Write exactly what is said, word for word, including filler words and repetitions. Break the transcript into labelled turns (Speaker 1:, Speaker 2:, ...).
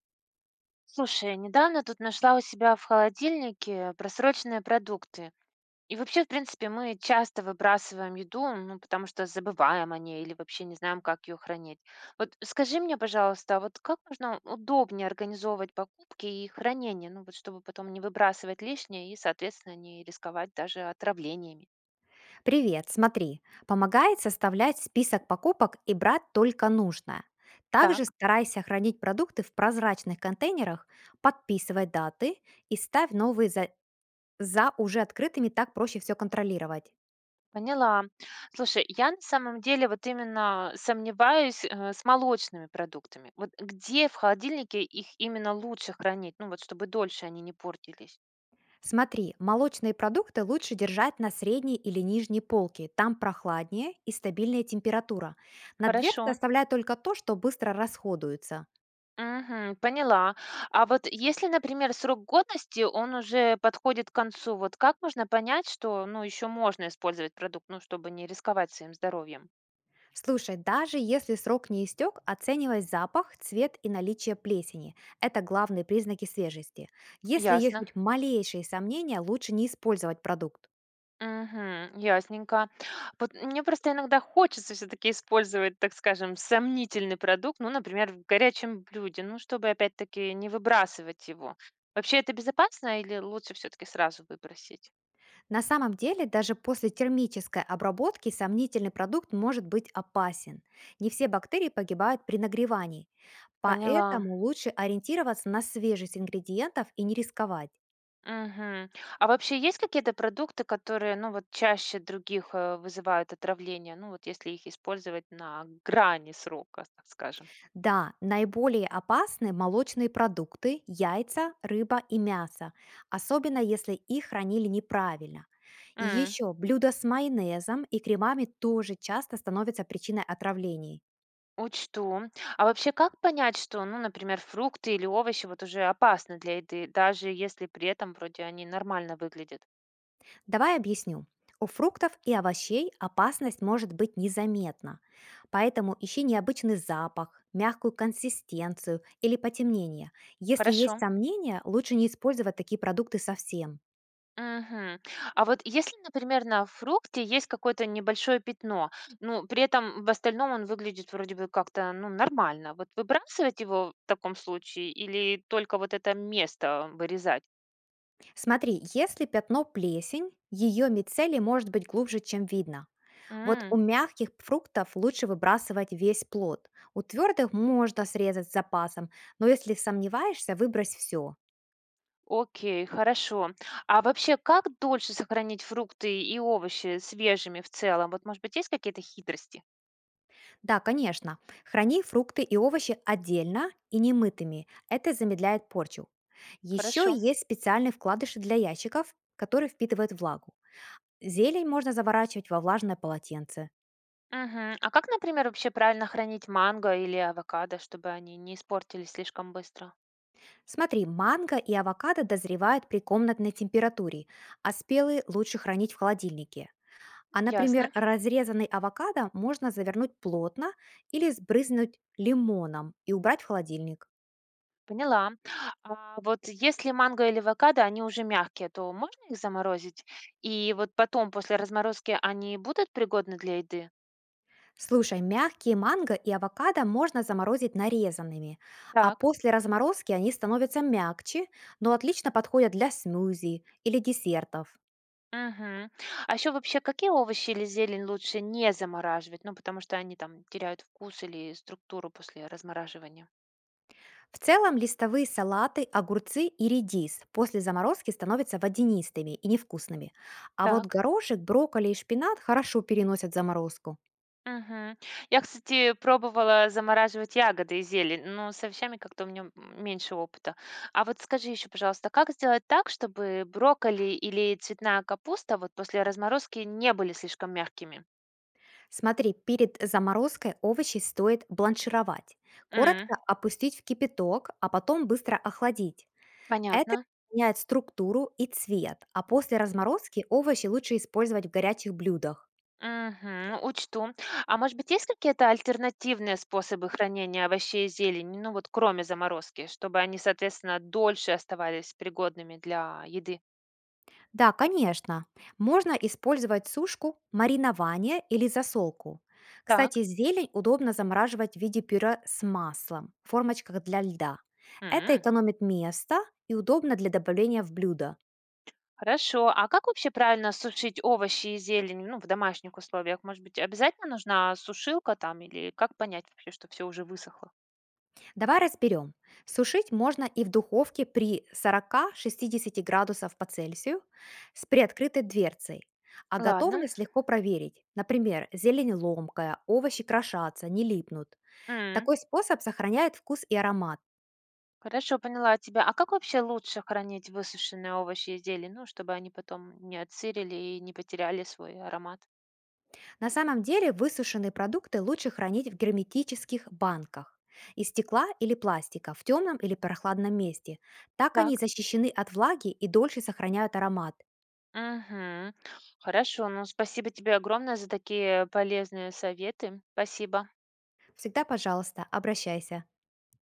Speaker 1: Слушай, недавно тут нашла у себя в холодильнике просроченные продукты. И вообще, в принципе, мы часто выбрасываем еду, ну, потому что забываем о ней или вообще не знаем, как ее хранить. Вот скажи мне, пожалуйста, а вот как можно удобнее организовывать покупки и хранение, ну, вот чтобы потом не выбрасывать лишнее и, соответственно, не рисковать даже отравлениями?
Speaker 2: Привет, смотри, помогает составлять список покупок и брать только нужное.
Speaker 1: Так.
Speaker 2: Также старайся хранить продукты в прозрачных контейнерах, подписывай даты и ставь новые за, за уже открытыми, так проще все контролировать.
Speaker 1: Поняла. Слушай, я на самом деле вот именно сомневаюсь, э, с молочными продуктами. Вот где в холодильнике их именно лучше хранить? Ну вот, чтобы дольше они не портились.
Speaker 2: Смотри, молочные продукты лучше держать на средней или нижней полке, там прохладнее и стабильная температура. На дверце
Speaker 1: Хорошо.
Speaker 2: оставляй только то, что быстро расходуется.
Speaker 1: Мгм, поняла. А вот если, например, срок годности, он уже подходит к концу, вот как можно понять, что, ну, еще можно использовать продукт, ну, чтобы не рисковать своим здоровьем?
Speaker 2: Слушай, даже если срок не истек, оценивай запах, цвет и наличие плесени. Это главные признаки свежести. Если есть
Speaker 1: Ясно.
Speaker 2: хоть малейшие сомнения, лучше не использовать продукт.
Speaker 1: Мгм. Ясненько. Вот мне просто иногда хочется все-таки использовать, так скажем, сомнительный продукт, ну, например, в горячем блюде, ну, чтобы опять-таки не выбрасывать его. Вообще это безопасно или лучше все-таки сразу выбросить?
Speaker 2: На самом деле, даже после термической обработки сомнительный продукт может быть опасен. Не все бактерии погибают при нагревании,
Speaker 1: Поняла.
Speaker 2: поэтому лучше ориентироваться на свежесть ингредиентов и не рисковать.
Speaker 1: Мгм. А вообще есть какие-то продукты, которые, ну, вот чаще других э, вызывают отравление, ну, вот если их использовать на грани срока, так скажем?
Speaker 2: Да, наиболее опасны молочные продукты, яйца, рыба и мясо, особенно если их хранили неправильно. И еще блюда с майонезом и кремами тоже часто становятся причиной отравлений.
Speaker 1: Учту. А вообще, как понять, что, ну, например, фрукты или овощи вот уже опасны для еды, даже если при этом вроде они нормально выглядят?
Speaker 2: Давай объясню. У фруктов и овощей опасность может быть незаметна, поэтому ищи необычный запах, мягкую консистенцию или потемнение. Если
Speaker 1: Хорошо.
Speaker 2: есть сомнения, лучше не использовать такие продукты совсем.
Speaker 1: Мгм. А вот если, например, на фрукте есть какое-то небольшое пятно, ну, при этом в остальном он выглядит вроде бы как-то, ну, нормально, вот выбрасывать его в таком случае или только вот это место вырезать?
Speaker 2: Смотри, если пятно плесень, ее мицелий может быть глубже, чем видно. Вот у мягких фруктов лучше выбрасывать весь плод. У твердых можно срезать с запасом, но если сомневаешься, выбрось все.
Speaker 1: Окей, хорошо. А вообще, как дольше сохранить фрукты и овощи свежими в целом? Вот, может быть, есть какие-то хитрости?
Speaker 2: Да, конечно, храни фрукты и овощи отдельно и немытыми. Это замедляет порчу. Еще
Speaker 1: Хорошо.
Speaker 2: есть специальные вкладыши для ящиков, которые впитывают влагу. Зелень можно заворачивать во влажное полотенце.
Speaker 1: Мгм. А как, например, вообще правильно хранить манго или авокадо, чтобы они не испортились слишком быстро?
Speaker 2: Смотри, манго и авокадо дозревают при комнатной температуре, а спелые лучше хранить в холодильнике. А, например,
Speaker 1: Ясно,
Speaker 2: разрезанный авокадо можно завернуть плотно или сбрызнуть лимоном и убрать в холодильник.
Speaker 1: поняла. А вот если манго или авокадо, они уже мягкие, то можно их заморозить? И вот потом, после разморозки, они будут пригодны для еды?
Speaker 2: Слушай, мягкие манго и авокадо можно заморозить нарезанными, а
Speaker 1: Так.
Speaker 2: после разморозки они становятся мягче, но отлично подходят для смузи или десертов.
Speaker 1: Мгм. А еще вообще, какие овощи или зелень лучше не замораживать? Ну, потому что они там теряют вкус или структуру после размораживания.
Speaker 2: В целом листовые салаты, огурцы и редис после заморозки становятся водянистыми и невкусными. А вот
Speaker 1: Так.
Speaker 2: горошек, брокколи и шпинат хорошо переносят заморозку.
Speaker 1: Мгм. Я, кстати, пробовала замораживать ягоды и зелень, но с овощами как-то у меня м, меньше опыта. А вот скажи еще, пожалуйста, как сделать так, чтобы брокколи или цветная капуста вот после разморозки не были слишком мягкими?
Speaker 2: Смотри, перед заморозкой овощи стоит бланшировать.
Speaker 1: М,
Speaker 2: Коротко опустить в кипяток, а потом быстро охладить. Это
Speaker 1: Понятно.
Speaker 2: меняет структуру и цвет, а после разморозки овощи лучше использовать в горячих блюдах.
Speaker 1: Мгм. ну, Учту. А может быть, есть какие-то альтернативные способы хранения овощей и зелени, ну вот кроме заморозки, чтобы они, соответственно, дольше оставались пригодными для еды?
Speaker 2: Да, конечно. Можно использовать сушку, маринование или засолку.
Speaker 1: Так.
Speaker 2: Кстати, зелень удобно замораживать в виде пюре с маслом в формочках для льда. Это
Speaker 1: М,
Speaker 2: экономит место и удобно для добавления в блюдо.
Speaker 1: Хорошо. А как вообще правильно сушить овощи и зелень, ну, в домашних условиях? Может быть, обязательно нужна сушилка там или как понять вообще, что все уже высохло?
Speaker 2: Давай разберем. Сушить можно и в духовке при сорока шестидесяти градусов по Цельсию с приоткрытой дверцей. А
Speaker 1: Ладно.
Speaker 2: готовность легко проверить. Например, зелень ломкая, овощи крошатся, не липнут.
Speaker 1: М,
Speaker 2: Такой способ сохраняет вкус и аромат.
Speaker 1: Хорошо, поняла тебя. А как вообще лучше хранить высушенные овощи и зелень, ну, чтобы они потом не отсырили и не потеряли свой аромат?
Speaker 2: На самом деле высушенные продукты лучше хранить в герметических банках из стекла или пластика в темном или прохладном месте. Так они
Speaker 1: Так.
Speaker 2: защищены от влаги и дольше сохраняют аромат.
Speaker 1: Мгм. Хорошо, ну спасибо тебе огромное за такие полезные советы. Спасибо.
Speaker 2: Всегда, пожалуйста, обращайся.